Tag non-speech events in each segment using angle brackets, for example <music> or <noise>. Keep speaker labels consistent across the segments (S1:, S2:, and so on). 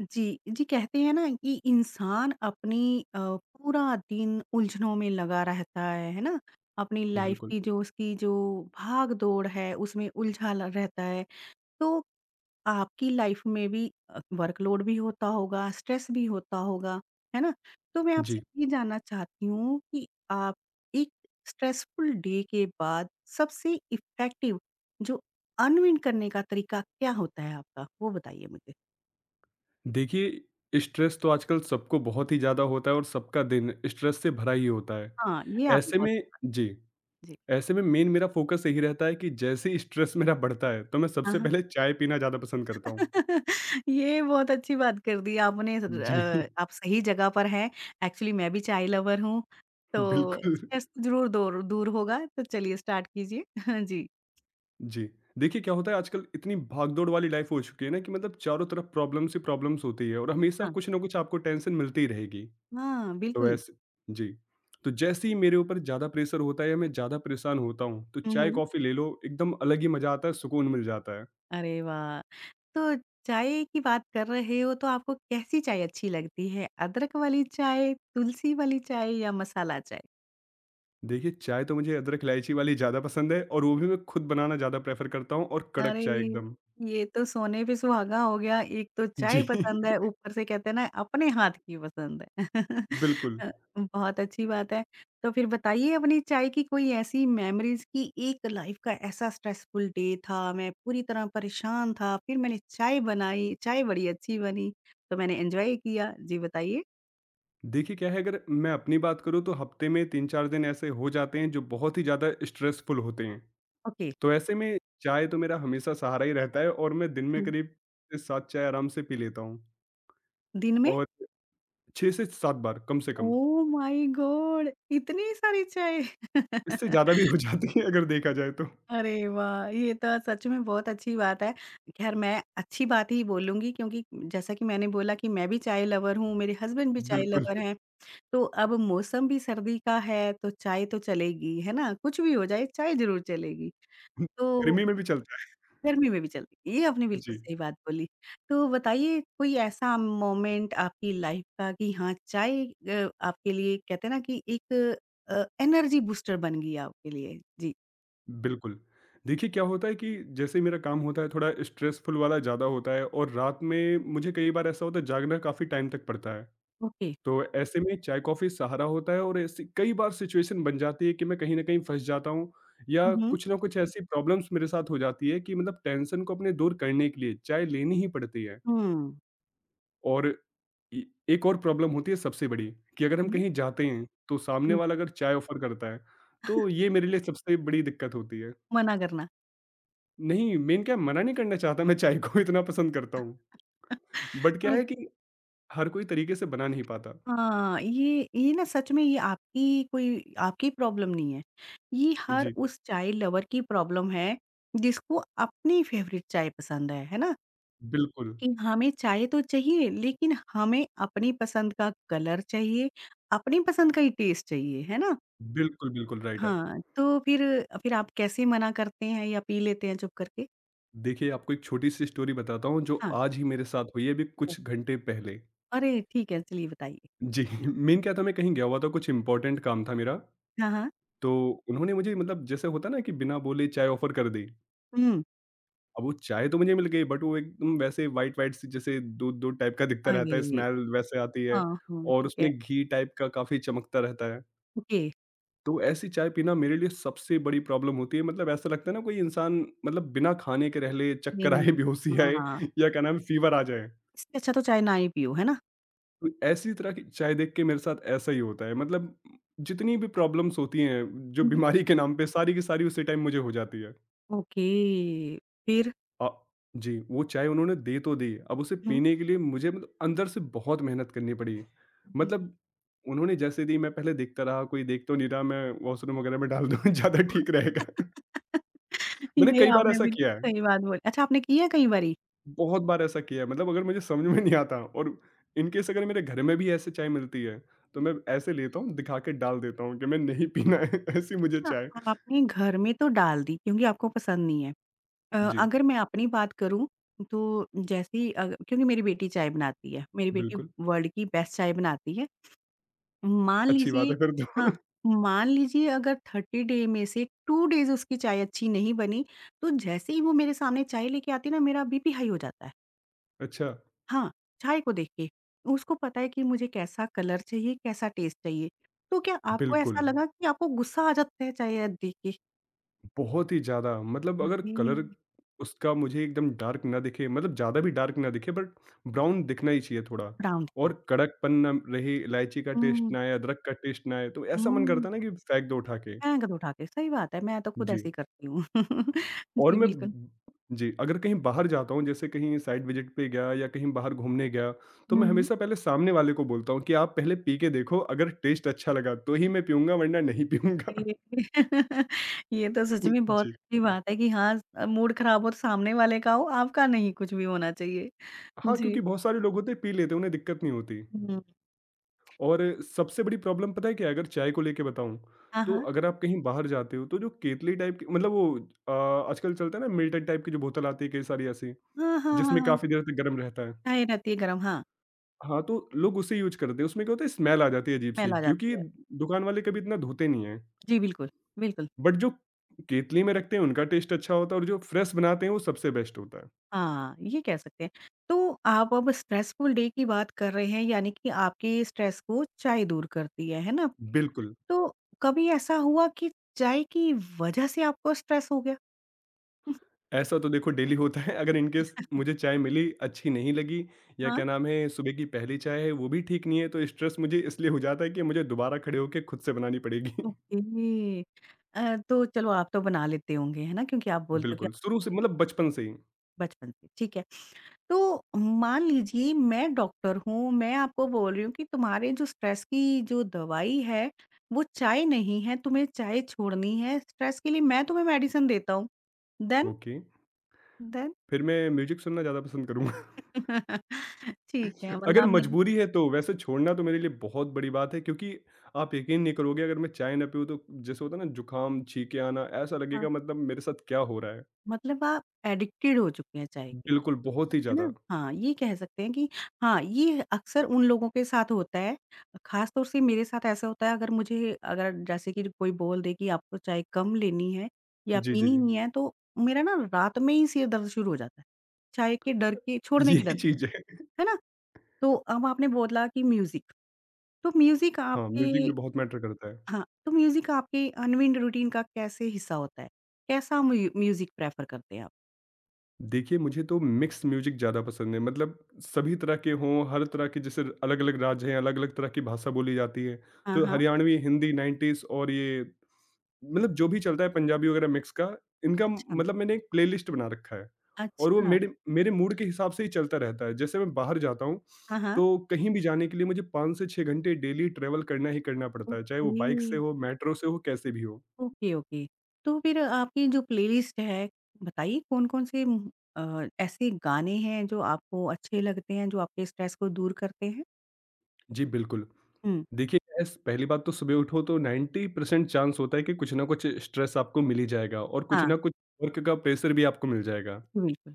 S1: जी, जी कहते हैं ना कि इंसान अपनी पूरा दिन उलझनों में लगा रहता है ना? अपनी लाइफ़
S2: बिल्कुल,
S1: की जो भाग-दौड़ है उसमें उलझा ल रहता है। तो आपकी लाइफ़ में भी वर्कलोड भी होता होगा, स्ट्रेस भी होता होगा, है ना? तो मैं आपसे
S2: जी।
S1: ये जानना चाहती हूँ कि आप एक स्ट्रेसफुल डे के बाद सबसे इफ़ेक्टिव जो अनविन करने का तरीका क्या होता है आपका? वो बताइए मुझे।
S2: देखिए, स्ट्रेस तो आजकल सबको बहुत ही ज़्यादा होता है और सबका दिन स्ट्रेस से भरा ही होता है।
S1: हाँ, ये आपने
S2: ऐसे
S1: बहुत
S2: में
S1: सही बात
S2: जी,
S1: जी।
S2: ऐसे में मेन मेरा फ़ोकस यही रहता है कि जैसे ही स्ट्रेस मेरा बढ़ता है, तो मैं
S1: हाँ,
S2: सबसे
S1: हाँ।
S2: पहले चाय पीना ज़्यादा पसंद करता हूँ।
S1: <laughs> ये बहुत अच्छी बात कर दी आपने
S2: जी, <laughs>
S1: आप सही जगह पर हैं। एक्चुअली मैं भी चाय लवर हूँ, तो
S2: बिल्कुल,
S1: स्ट्रेस तो ज़रूर दूर दूर होगा। तो चलिए स्टार्ट कीजिए। <laughs> जी।
S2: जी। देखिए, क्या होता है आजकल इतनी भाग-दौड़ वाली लाइफ़ हो चुकी है ना कि मतलब चारों तरफ प्रॉब्लम्स ही प्रॉब्लम्स होती है और हमेशा
S1: हाँ।
S2: कुछ ना कुछ आपको टेंशन मिलती ही रहेगी।
S1: हाँ,
S2: तो
S1: बिल्कुल।
S2: वैसे जी, तो जैसे ही मेरे ऊपर ज़्यादा प्रेशर होता है या मैं ज़्यादा परेशान होता हूँ, तो
S1: हुँ, हुँ।
S2: चाय-कॉफ़ी ले लो, एकदम अलग ही मज़ा आता है, सुकून मिल जाता है।
S1: अरे वाह! तो चाय की बात कर रहे हो तो आपको कैसी चाय अच्छी लगती है? अदरक वाली चाय, तुलसी वाली चाय या मसाला चाय?
S2: देखिए, चाय तो मुझे अदरक-इलायची वाली ज़्यादा पसंद है और वो भी मैं खुद बनाना ज़्यादा प्रेफ़र करता हूँ और कड़क
S1: अरे!
S2: चाय एकदम।
S1: ये तो सोने पे सुहागा हो गया। एक तो चाय
S2: जी, <laughs>
S1: पसंद है, ऊपर से कहते हैं ना अपने हाथ की पसंद है। <laughs>
S2: बिल्कुल।
S1: अ, बहुत अच्छी बात है। तो फिर बताइए अपनी चाय की कोई ऐसी मेमोरीज़ कि एक लाइफ़ का ऐसा स्ट्रेसफुल डे था, मैं पूरी तरह परेशान था, फिर मैंने चाय बनाई, चाय बड़ी अच्छी बनी, तो मैंने एन्जॉय किया। जी बताइए।
S2: देखिए क्या है, अगर मैं अपनी बात करूँ तो हफ़्ते में 3-4 दिन ऐसे हो जाते हैं जो बहुत ही ज़्यादा स्ट्रेसफुल होते हैं।
S1: ओके। <laughs>
S2: तो ऐसे में चाय तो मेरा हमेशा सहारा ही रहता है और मैं दिन में
S1: हुँ,
S2: करीब 7 चाय आराम से पी लेता हूँ,
S1: दिन में?
S2: और 6 से 7 बार कम से कम।
S1: Oh my God! इतनी सारी चाय!
S2: इससे ज़्यादा
S1: <laughs>
S2: भी हो जाती है अगर देखा जाए तो।
S1: अरे वाह! ये तो सच में बहुत अच्छी बात है। ख़ैर मैं अच्छी बात ही बोलूँगी क्योंकि जैसा कि मैंने बोला कि मैं भी चाय लवर हूँ, मेरे हस्बैंड भी चाय
S2: बिल्कुल,
S1: लवर हैं, तो अब मौसम भी सर्दी का है तो चाय तो चलेगी, है ना? कुछ भी हो जाए चाय ज़रूर चलेगी।
S2: <laughs>
S1: तो
S2: गर्मी में भी चलता है।
S1: गर्मी में भी चलती ये आपने बिल्कुल
S2: जी,
S1: सही बात बोली। तो बताइए कोई ऐसा मोमेंट आपकी लाइफ़ का कि हाँ, चाय आपके लिए कहते हैं ना कि एक अ, एनर्जी बूस्टर बन गई आपके लिए? जी।
S2: बिल्कुल। देखिए क्या होता है कि जैसे मेरा काम होता है थोड़ा स्ट्रेसफुल वाला ज़्यादा होता है और रात में मुझे कई बार ऐसा होता है, जागना काफ़ी टाइम तक पड़ता है।
S1: ओके।
S2: तो ऐसे में चाय-कॉफ़ी सहारा होता है और ऐसी कई बार सिचुएशन बन जाती है कि मैं कहीं न कहीं फँस जाता हूँ
S1: हुँ,
S2: या
S1: हुँ।
S2: कुछ ना कुछ ऐसी प्रॉब्लम्स मेरे साथ हो जाती है कि मतलब टेंशन को अपने दूर करने के लिए चाय लेनी ही पड़ती है। और ए एक और प्रॉब्लम होती है सबसे बड़ी, कि अगर हम
S1: हुँ।
S2: कहीं जाते हैं, तो सामने
S1: हुँ,
S2: वाला अगर चाय ऑफ़र करता है, तो ये मेरे लिए सबसे बड़ी दिक्कत होती है।
S1: मना करना।
S2: नहीं, मेन क्या है, मना नहीं करना चाहता, मैं चाय को <laughs> इतना पसंद करता हूँ,
S1: <laughs>
S2: बट
S1: अ,
S2: क्या है कि हर कोई तरीके से बना नहीं पाता।
S1: हाँ, ये ना सच में ये आपकी प्रॉब्लम नहीं है। ये हर
S2: जी,
S1: उस चाय लवर की प्रॉब्लम है जिसको अपनी फेवरेट चाय पसंद है ना?
S2: बिल्कुल।
S1: कि हमें चाय तो चाहिए लेकिन हमें अपनी पसंद का कलर चाहिए, अपनी पसंद का ही टेस्ट चाहिए, है ना?
S2: बिल्कुल, बिल्कुल राइट आप।
S1: हाँ, तो फिर आप कैसे मना करते हैं या पी लेते हैं चुप करके?
S2: देखिए, आपको एक छोटी-सी स्टोरी बताता हूँ जो
S1: हाँ,
S2: आज ही मेरे साथ हुई है अभी
S1: ओह!
S2: कुछ घंटे पहले।
S1: अरे! ठीक है, चलिए बताइए?
S2: जी,
S1: जी।
S2: <laughs> मेन क्या था, मैं कहीं गया हुआ था, कुछ इम्पोर्टेंट काम था मेरा,
S1: हाँ, हाँ।
S2: तो उन्होंने मुझे, मतलब जैसे होता है ना, कि बिना बोले चाय ऑफ़र कर दी।
S1: हुँ,
S2: अब वो चाय तो मुझे मिल गई, बट वो एकदम वैसे व्हाइट-व्हाइट सी, जैसे दूध-दूध टाइप का दिखता रहता है,
S1: अरे!
S2: स्मेल वैसे आती है,
S1: हाँ, हाँ,
S2: और
S1: ठीक है।
S2: उसमें घी टाइप का काफ़ी चमकता रहता है।
S1: ओके,
S2: तो ऐसी चाय पीना मेरे लिए सबसे बड़ी प्रॉब्लम होती है, मतलब ऐसा लगता है ना, कोई इंसान मतलब बिना खाने के रह ले, चक्कर आए,
S1: हुँ,
S2: बेहोशी आए
S1: हाँ,
S2: या क्या नाम है, फ़ीवर आ जाए।
S1: इससे अच्छा तो चाय ना ही पियो, है ना?
S2: तो ऐसी तरह की चाय देख के मेरे साथ ऐसा ही होता है, मतलब जितनी भी प्रॉब्लम्स होती हैं, जो
S1: हुँ।
S2: बीमारी के नाम पे, सारी की सारी उसी टाइम मुझे हो जाती है।
S1: ओके, फिर?
S2: अ, जी, वो चाय उन्होंने दे तो दी, अब उसे
S1: हुँ,
S2: पीने के लिए मुझे मतलब अंदर से बहुत मेहनत करनी पड़ी।
S1: हुँ।
S2: मतलब उन्होंने जैसे दी, मैं पहले देखता रहा, कोई देख तो नहीं रहा, मैं वॉशरूम वगैरह में डाल दूँ ज़्यादा <laughs> ठीक रहेगा।
S1: <laughs>
S2: मैंने
S1: ये
S2: कई बार
S1: आपने
S2: ऐसा
S1: भी
S2: किया है,
S1: सही बात बोली। अच्छा आपने की है कई बारी?
S2: बहुत बार ऐसा किया है, मतलब अगर मुझे समझ में नहीं आता और इन केस अगर मेरे घर में भी ऐसे चाय मिलती है, तो
S1: हुँ।
S2: मैं ऐसे लेता हूँ, दिखा के डाल देता हूँ कि मैं नहीं पीना है, <laughs> ऐसी
S1: देखिए
S2: मुझे
S1: ना
S2: चाय।
S1: आपने घर में तो डाल दी क्योंकि आपको पसंद नहीं है।
S2: जी,
S1: अगर मैं अपनी बात करूँ तो जैसे ही क्योंकि मेरी बेटी चाय बनाती है, मेरी बेटी
S2: बिल्कुल,
S1: वर्ल्ड की बेस्ट चाय बनाती है। मान
S2: अच्छी बात
S1: लीजिए
S2: है फिर
S1: हाँ,
S2: तो। <laughs>
S1: मान लीजिए अगर 30 डे में से 2 डेज़ उसकी चाय अच्छी नहीं बनी, तो जैसे ही वो मेरे सामने चाय लेके आती है ना, मेरा बीपी हाई हो जाता है।
S2: अच्छा,
S1: हाँ, चाय को देख के। उसको पता है कि मुझे कैसा कलर चाहिए, कैसा टेस्ट चाहिए। तो क्या आपको ऐसा
S2: बिल्कुल।
S1: लगा कि आपको गुस्सा आ जाता है चाय देख के?
S2: बहुत ही ज़्यादा, मतलब अगर
S1: मुझे
S2: कलर उसका मुझे एकदम डार्क ना दिखे, मतलब ज़्यादा भी डार्क ना दिखे, बट ब्राउन दिखना ही चाहिए थोड़ा,
S1: ब्राउन दिखना
S2: और
S1: है।
S2: कड़कपन ना रहे, इलायची का टेस्ट
S1: हुँ,
S2: ना आए, अदरक का टेस्ट ना आए, तो ऐसा मन
S1: हुँ,
S2: करता है ना कि फेंक दो उठा के।
S1: फेंक दो उठा के, सही बात है, मैं तो खुद ऐसे
S2: जी,
S1: ही करती हूँ। <laughs>
S2: और
S1: जी, बिल्कुल।
S2: जी, अगर कहीं बाहर जाता हूँ, जैसे कहीं साइड विजिट पे गया या कहीं बाहर घूमने गया, तो
S1: हुँ,
S2: मैं
S1: हुँ।
S2: हमेशा पहले सामने वाले को बोलता हूँ कि आप पहले पी के देखो, अगर टेस्ट अच्छा लगा तो ही मैं पीऊंगा, वरना नहीं पीऊंगा।
S1: ये <laughs> ये तो सच में
S2: <laughs>
S1: बहुत
S2: जी।
S1: अच्छी बात है कि हाँ, मूड खराब हो तो सामने वाले का हो, आपका नहीं कुछ भी होना चाहिए।
S2: हाँ,
S1: जी।
S2: क्योंकि बहुत सारे लोग होते हैं, पी लेते हैं, उन्हें दिक्कत नहीं होती।
S1: हुँ।
S2: और सबसे बड़ी प्रॉब्लम पता है क्या है? अगर चाय को लेके बताऊँ,
S1: हाँ,
S2: तो
S1: हाँ।
S2: अगर आप कहीं बाहर जाते हो, तो जो केतली टाइप की, मतलब वो आजकल चलता है ना, मिल्टन टाइप की जो बोतल आती है कई सारी ऐसी,
S1: हाँ, हाँ, हाँ,
S2: जिसमें
S1: हाँ।
S2: काफ़ी देर तक गर्म रहता है।
S1: चाय रहती है गरम, हाँ,
S2: हाँ, तो लोग उसे यूज़ करते हैं, उसमें क्या होता है, स्मेल आ जाती है
S1: स्मेल
S2: अजीब-सी,
S1: आ जाती
S2: क्योंकि
S1: है।
S2: दुकान वाले कभी इतना धोते नहीं हैं।
S1: जी, बिल्कुल, बिल्कुल।
S2: बट जो केतली में रखते हैं उनका टेस्ट अच्छा होता है, और जो फ्रेश बनाते हैं वो सबसे बेस्ट होता है।
S1: हाँ, ये कह सकते हैं। तो आप अब स्ट्रेसफुल डे की बात कर रहे हैं यानी कि आपके स्ट्रेस को चाय दूर करती है ना?
S2: बिल्कुल।
S1: तो कभी ऐसा हुआ कि चाय की वजह से आपको स्ट्रेस हो गया? <laughs>
S2: ऐसा तो देखो डेली होता है, अगर इनकेस मुझे चाय मिली अच्छी नहीं लगी या
S1: हाँ।
S2: क्या नाम है, सुबह की पहली चाय है वो भी ठीक नहीं है, तो स्ट्रेस मुझे इसलिए हो जाता है कि मुझे दोबारा खड़े होके खुद से बनानी पड़ेगी। <laughs>
S1: ओके। तो चलो आप तो बना लेते होंगे, है ना? क्योंकि आप बोलते हो कि
S2: बिल्कुल, शुरू से,
S1: आपने
S2: मतलब बचपन से ही।
S1: बचपन से, ठीक है। तो मान लीजिए मैं डॉक्टर हूँ, मैं आपको बोल रही हूँ कि तुम्हारे जो स्ट्रेस की जो दवाई है, वो चाय नहीं है, तुम्हें चाय छोड़नी है, स्ट्रेस के लिए मैं तुम्हें मेडिसिन देता हूँ। देन?
S2: Okay,
S1: then?
S2: फिर मैं म्यूजिक सुनना ज़्यादा पसंद करूँगा।
S1: <laughs> ठीक है,
S2: <laughs>
S1: मतलब
S2: अगर
S1: आपने
S2: मजबूरी है तो, वैसे छोड़ना तो मेरे लिए बहुत बड़ी बात है, क्योंकि आप यकीन नहीं करोगे, अगर मैं चाय ना पीऊँ तो जैसे होता है ना, जुकाम, छींके आना, ऐसा
S1: हाँ,
S2: लगेगा मतलब मेरे साथ क्या हो रहा है।
S1: मतलब आप एडिक्टेड हो चुके हैं चाय के।
S2: बिल्कुल, बहुत ही
S1: है
S2: ज़्यादा।
S1: ना? हाँ, ये कह सकते हैं कि हाँ, ये अक्सर उन लोगों के साथ होता है। ख़ास तौर से मेरे साथ ऐसा होता है अगर मुझे अगर जैसे कि कोई बोल दे कि आपको चाय कम लेनी है या
S2: जी जी
S1: पीनी
S2: जी,
S1: नहीं है तो मेरा ना रात में ही सिर दर्द शुरू हो जाता है। चाय के डर के छोड़ने के डर,
S2: यही चीज़ है।
S1: है ना? तो अब आपने बोला कि म्यूज़िक। तो म्यूज़िक
S2: हाँ, म्यूज़िक
S1: आपके
S2: भी बहुत मैटर करता है।
S1: हाँ, तो म्यूज़िक आपके अनवीन्ड रूटीन का कैसे हिस्सा होता है? कैसा म्यूज़िक प्रेफ़र करते हैं आप?
S2: देखिए, मुझे तो मिक्स म्यूज़िक ज़्यादा पसंद है, मतलब सभी तरह के हों, हर तरह के, जैसे अलग-अलग राज्य हैं, अलग-अलग तरह की भाषा बोली जाती है।
S1: हाँ,
S2: तो
S1: हाँ।
S2: हरियाणवी, हिंदी, 90s और ये, मतलब जो भी चलता है पंजाबी वगैरह मिक्स का, इनका,
S1: अच्छा।
S2: मतलब मैंने एक प्लेलिस्ट बना रखा है और वो
S1: अच्छा।
S2: मेरे मेरे मूड के हिसाब से ही चलता रहता है। जैसे मैं बाहर जाता हूँ,
S1: हाँ, हाँ।
S2: तो कहीं भी जाने के लिए मुझे 5 से 6 घंटे डेली ट्रैवल करना पड़ता है, चाहे
S1: ओके,
S2: वो बाइक से हो, मेट्रो से हो, कैसे भी हो।
S1: Okay, okay. तो फिर आपकी जो प्लेलिस्ट है, बताइए कौन-कौन से ऐसे गाने हैं जो आपको अच्छे लगते हैं, जो आपके स्ट्रेस को दूर करते हैं?
S2: जी, बिल्कुल।
S1: हुँ,
S2: देखिए, एस पहली बात तो, सुबह उठो तो 90% चांस होता है कि कुछ ना कुछ स्ट्रेस आपको मिल ही जाएगा और कुछ
S1: हाँ,
S2: ना कुछ वर्क का प्रेशर भी आपको मिल जाएगा।
S1: जी बिल्कुल।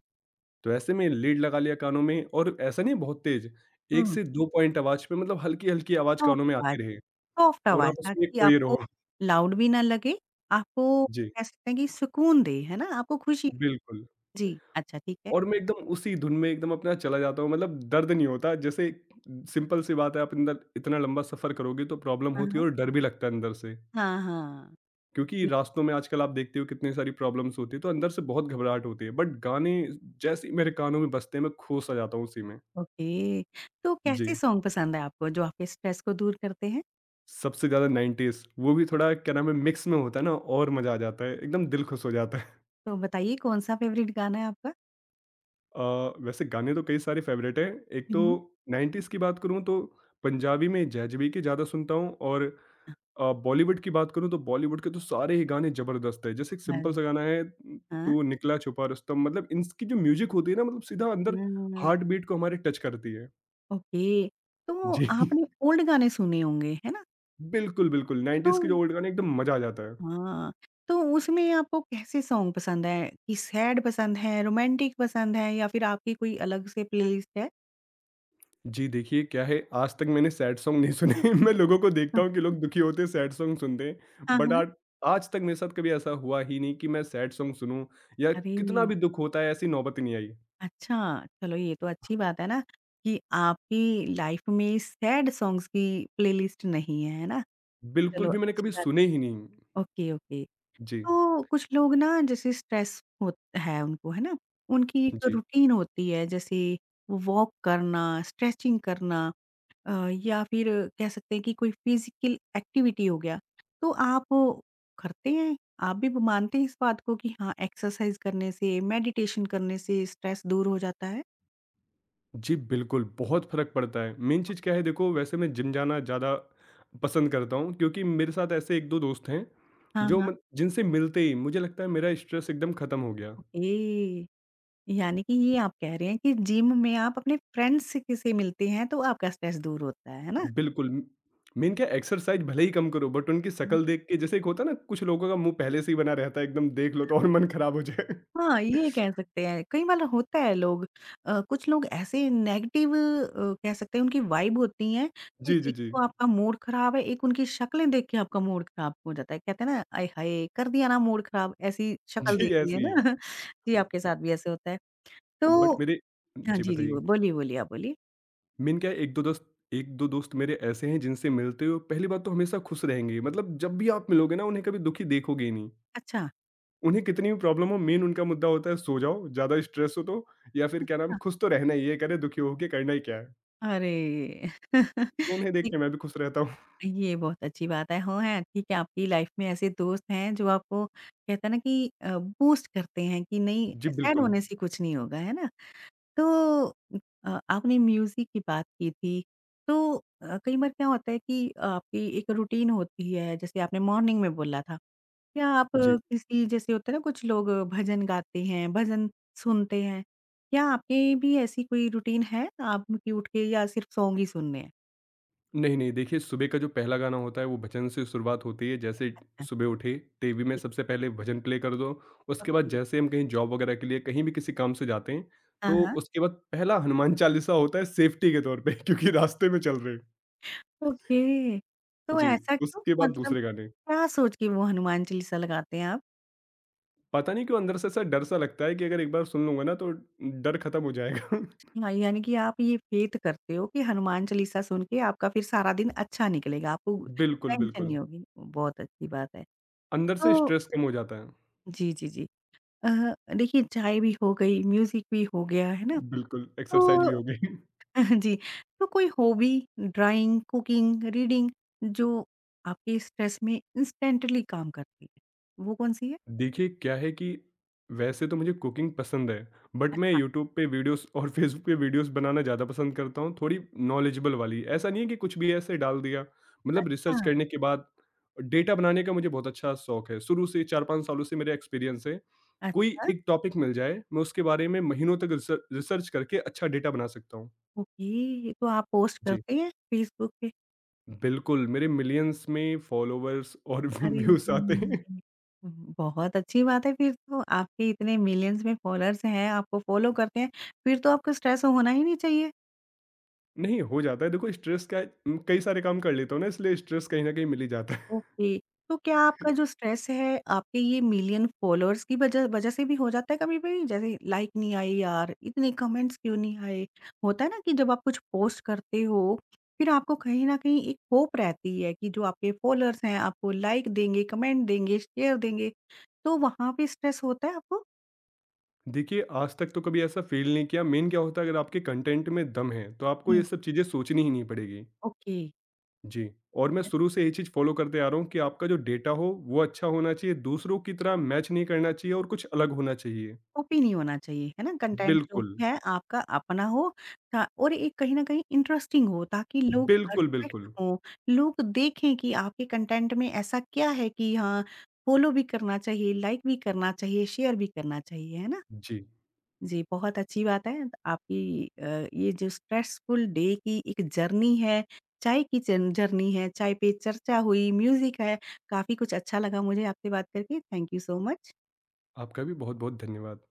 S2: तो ऐसे में लीड लगा लिया कानों में, और ऐसा नहीं बहुत तेज़, 1
S1: हुँ,
S2: से 2 पॉइंट आवाज़ पे, मतलब हल्की-हल्की आवाज़
S1: सॉफ्ट
S2: कानों में
S1: आवाज़
S2: आती रहे
S1: सॉफ्ट
S2: और
S1: आवाज़
S2: आप उसमें
S1: ताकि
S2: खोए
S1: आपको
S2: रहो।
S1: लाउड भी ना लगे, आपको
S2: जी,
S1: कह सकते हैं कि सुकून दे, है ना? आपको खुशी दे।
S2: बिल्कुल।
S1: जी, अच्छा ठीक है।
S2: और मैं एकदम उसी धुन में, एकदम अपना चला जाता हूँ, मतलब दर्द नहीं होता जैसे। सिंपल सी बात है, आप अंदर इतना लंबा सफ़र करोगे तो प्रॉब्लम
S1: हाँ,
S2: होती
S1: हाँ।
S2: है, और डर भी लगता है अंदर से।
S1: हाँ, हाँ।
S2: क्योंकि
S1: जी,
S2: रास्तों में आजकल आप देखते हो कितनी सारी प्रॉब्लम्स होती है, तो अंदर से बहुत घबराहट होती है, बट गाने जैसे ही मेरे कानों में बजते हैं, मैं खो सा जाता हूँ उसी में।
S1: ओके। तो कैसे
S2: जी,
S1: सॉन्ग पसंद है आपको जो आपके स्ट्रेस को दूर करते हैं?
S2: सबसे ज़्यादा 90s, वो भी थोड़ा क्या नाम है, मिक्स में होता है ना, और मज़ा आ जाता है, एकदम दिल खुश हो जाता है।
S1: तो बताइए कौन-सा फ़ेवरेट गाना है आपका?
S2: वैसे गाने तो कई सारे फेवरेट हैं। एक तो
S1: हुँ।
S2: 90s की बात करूँ तो पंजाबी में जैज़बी के ज़्यादा सुनता हूँ, और बॉलीवुड की बात करूँ तो बॉलीवुड के तो सारे ही गाने ज़बरदस्त हैं। जैसे एक सिंपल
S1: अरे!
S2: सा गाना है,
S1: हाँ।
S2: तू निकला छुपा रुस्तम, मतलब इनकी जो म्यूज़िक होती है ना, मतलब सीधा अंदर
S1: हाँ।
S2: हार्ट बीट को हमारे टच करती है।
S1: ओके, तो
S2: जी। <laughs>
S1: आपने ओल्ड गाने सुने होंगे, है ना?
S2: बिल्कुल, बिल्कुल,
S1: तो
S2: 90s के जो ओल्ड गाने, एकदम मज़ा आ जाता है।
S1: हाँ, तो उसमें आपको कैसे सॉन्ग पसंद है? कि सैड पसंद है, रोमांटिक पसंद है या फिर आपकी कोई अलग से प्लेलिस्ट है?
S2: जी, देखिए क्या है, आज तक मैंने सैड सॉन्ग नहीं सुने। <laughs> मैं लोगों को देखता हूँ कि लोग दुखी होते हैं, सैड सॉन्ग सुनते हैं।
S1: हाँ,
S2: बट
S1: हाँ।
S2: आज आज तक मेरे साथ कभी ऐसा हुआ ही नहीं कि मैं सैड सॉन्ग सुनूँ, या
S1: अरे!
S2: कितना भी दुख होता है, ऐसी नौबत ही नहीं आई।
S1: अच्छा, चलो ये तो अच्छी बात है ना कि आपकी लाइफ़ में सैड सॉन्ग्स की प्लेलिस्ट नहीं है, है ना?
S2: बिल्कुल
S1: चलो
S2: भी मैंने
S1: अच्छी
S2: कभी
S1: बात
S2: सुने ही नहीं।
S1: है। Okay, okay.
S2: जी,
S1: तो कुछ लोग ना जैसे स्ट्रेस हो है उनको, है ना? उनकी एक
S2: जी।
S1: रूटीन होती है जैसे वो वॉक करना, स्ट्रेचिंग करना अ, या फिर कह सकते हैं कि कोई फिज़िकल एक्टिविटी हो गया। तो आप वो करते हैं? आप भी ब मानते हैं इस बात को कि हाँ, एक्सरसाइज़ करने से, मेडिटेशन करने से स्ट्रेस दूर हो जाता है?
S2: जी, बिल्कुल, बहुत फ़र्क पड़ता है। मेन चीज़ क्या है देखो, वैसे मैं जिम जाना ज़्यादा पसंद करता हूँ क्योंकि मेरे साथ ऐसे 1-2 दोस्त हैं
S1: हाँ,
S2: जो
S1: हाँ।
S2: मत जिनसे मिलते ही मुझे लगता है मेरा स्ट्रेस एकदम खत्म हो गया।
S1: ओके। यानी कि ये आप कह रहे हैं कि जिम में आप अपने फ्रेंड्स से किसे मिलते हैं तो आपका स्ट्रेस दूर होता है ना?
S2: बिल्कुल, मेन क्या है, एक्सरसाइज़ भले ही कम करो, बट उनकी शक्ल देख के, जैसे एक होता है ना, कुछ लोगों का मुँह पहले से ही बना रहता है एकदम, देख लो तो और मन खराब हो जाए।
S1: हाँ,
S2: <laughs>
S1: ये कह सकते हैं। कई बार होता है लोग कुछ लोग ऐसे नेगेटिव कह सकते हैं उनकी वाइब होती है कि
S2: जी, जी,
S1: एक
S2: जी।
S1: तो आपका मूड ख़राब है, एक उनकी शक्लें देख के आपका मूड ख़राब हो जाता है। कहते हैं ना, आय हाय! कर दिया ना मूड ख़राब, ऐसी शक्ल
S2: जी,
S1: देख ली है
S2: ऐसे ही
S1: ना?
S2: है।
S1: <laughs> जी, आपके साथ भी ऐसे होता है। तो
S2: बट मेरे,
S1: हाँ
S2: जी
S1: जी, जी,
S2: बताइए?
S1: वो बोलिए, बोलिए, आप बोलिए।
S2: मेन क्या है, 1-2 दोस्त मेरे ऐसे हैं, जिनसे मिलते हो पहली बात तो हमेशा खुश रहेंगे, मतलब जब भी आप मिलोगे ना, उन्हें कभी दुखी देखोगे ही नहीं।
S1: अच्छा,
S2: उन्हें कितनी भी प्रॉब्लम हो, मेन उनका मुद्दा होता है सो जाओ, ज़्यादा स्ट्रेस हो तो, या फिर क्या नाम,
S1: अच्छा।
S2: खुश तो रहना ही है, कह रहे दुखी होके करना ही क्या है?
S1: अरे!
S2: तो
S1: <laughs>
S2: उन्हें देख
S1: जी,
S2: के मैं भी खुश रहता हूँ।
S1: ये बहुत अच्छी बात है। हाँ, हैं ठीक है, आपकी लाइफ़ में ऐसे दोस्त हैं जो आपको कहते हैं ना कि बूस्ट करते हैं कि नहीं
S2: जी,
S1: सैड
S2: बिल्कुल।
S1: होने से कुछ नहीं होगा, है ना? तो आपने म्यूज़िक की बात की थी, तो कई बार क्या होता है कि आपकी एक रूटीन होती है, जैसे आपने मॉर्निंग में बोला था। क्या आप
S2: जी।
S1: किसी जैसे होता है ना कुछ लोग भजन गाते हैं, भजन सुनते हैं, क्या आपकी भी ऐसी कोई रूटीन है? आप की उठ के या सिर्फ़ सॉन्ग ही सुनने हैं?
S2: नहीं, नहीं, देखिए, सुबह का जो पहला गाना होता है वो भजन से शुरुआत होती है। जैसे
S1: हाँ,
S2: सुबह उठे, टीवी में
S1: ठीक
S2: सबसे पहले भजन प्ले कर दो। उसके बाद
S1: ओके।
S2: जैसे हम कहीं जॉब वगैरह के लिए कहीं भी किसी काम से जाते हैं,
S1: हाँ,
S2: तो
S1: हाँ।
S2: उसके बाद पहला हनुमान चालीसा होता है, सेफ्टी के तौर पे, <laughs> क्योंकि रास्ते में चल रहे हैं।
S1: ओके, तो जी।
S2: जी,
S1: ऐसा क्यों?
S2: उसके बाद
S1: मतलब
S2: दूसरे गाने।
S1: क्या सोच के वो हनुमान चालीसा लगाते हैं आप?
S2: पता नहीं क्यों अंदर से ऐसा डर-सा लगता है कि अगर एक बार सुन लूँगा ना तो डर खत्म हो जाएगा। <laughs>
S1: हाँ, यानी कि आप ये फ़ेथ करते हो कि हनुमान चालीसा सुन के आपका फिर सारा दिन अच्छा निकलेगा, आपको
S2: बिल्कुल,
S1: टेंशन
S2: बिल्कुल।
S1: नहीं होगी। बहुत अच्छी बात है।
S2: अंदर से
S1: तो
S2: स्ट्रेस कम हो जाता है।
S1: जी, जी, जी। अ, देखिए चाय भी हो गई, म्यूज़िक भी हो गया, है ना?
S2: बिल्कुल, एक्सरसाइज भी
S1: तो
S2: हो गई।
S1: <laughs> जी, तो कोई हॉबी, ड्राइंग, कुकिंग, रीडिंग जो आपके स्ट्रेस में इंस्टेंटली काम करती है, वो कौन-सी है?
S2: देखिए, क्या है कि वैसे तो मुझे कुकिंग पसंद है, बट मैं
S1: अच्छा,
S2: यूट्यूब पे वीडियोस और <laughs> फेसबुक पे वीडियोस बनाना ज़्यादा पसंद करता हूँ, थोड़ी नॉलेजेबल वाली। ऐसा नहीं है कि कुछ भी ऐसे डाल दिया, मतलब
S1: अच्छा,
S2: रिसर्च करने के बाद डेटा बनाने का मुझे बहुत अच्छा शौक है। शुरू से 4-5 सालों से मेरा एक्सपीरियंस है। कोई
S1: अच्छा।
S2: एक टॉपिक मिल जाए, मैं उसके बारे में महीनों तक रिसर्च करके अच्छा डेटा बना सकता हूँ।
S1: ओके, तो आप पोस्ट
S2: जी,
S1: करते हैं फेसबुक पे?
S2: बिल्कुल, मेरे मिलियंस में फॉलोवर्स और <laughs>
S1: अरे!
S2: व्यूज़ आते हैं।
S1: हुँ। बहुत अच्छी बात है फिर तो, आपके इतने मिलियंस में फॉलोअर्स हैं, आपको फॉलो करते हैं, फिर तो आपको स्ट्रेस होना ही नहीं चाहिए।
S2: नहीं, हो जाता है। देखो स्ट्रेस क्या है, कई सारे काम कर लेता हूँ ना, इसलिए स्ट्रेस कहीं न कहीं मिल ही जाता है।
S1: ओके। तो क्या आपका जो स्ट्रेस है, आपके ये मिलियन फॉलोअर्स की वजह वजह से भी हो जाता है कभी-कभी? जैसे लाइक नहीं आए यार, इतने कमेंट्स क्यों नहीं आए? होता है ना कि जब आप कुछ पोस्ट करते हो, फिर आपको कहीं न कहीं एक होप रहती है कि जो आपके फॉलोअर्स हैं, आपको लाइक देंगे, कमेंट देंगे, शेयर देंगे। तो वहाँ पे स्ट्रेस होता है आपको?
S2: <laughs> देखिए, आज तक तो कभी ऐसा फ़ील नहीं किया, मेन क्या होता है, अगर आपके कंटेंट में दम है, तो आपको ये
S1: हुँ।
S2: सब चीज़ें सोचनी ही नहीं पड़ेगी।
S1: ओके।
S2: जी, और मैं शुरू से यही चीज़ फ़ॉलो करते आ रहा हूँ कि आपका जो डेटा हो वो अच्छा होना चाहिए, दूसरों की तरह मैच नहीं करना चाहिए, और कुछ अलग होना चाहिए।
S1: कॉपी नहीं होना चाहिए, है ना? कंटेंट जो
S2: बिल्कुल,
S1: भी है आपका अपना हो ता और एक कहीं न कहीं इंटरेस्टिंग हो ताकि लोग
S2: बिल्कुल,
S1: अट्रैक्ट
S2: बिल्कुल।
S1: हों, लोग देखें कि आपके कंटेंट में ऐसा क्या है कि हाँ, फ़ॉलो भी करना चाहिए, लाइक भी करना चाहिए, शेयर भी करना चाहिए, है ना?
S2: जी,
S1: जी, बहुत अच्छी बात है। आपकी ये जो स्ट्रेसफुल डे की एक जर्नी है, चाय की जन जर्नी है, चाय पे चर्चा हुई, म्यूज़िक है, काफ़ी कुछ अच्छा लगा मुझे आपसे बात करके। Thank you so much.
S2: आपका भी बहुत-बहुत धन्यवाद।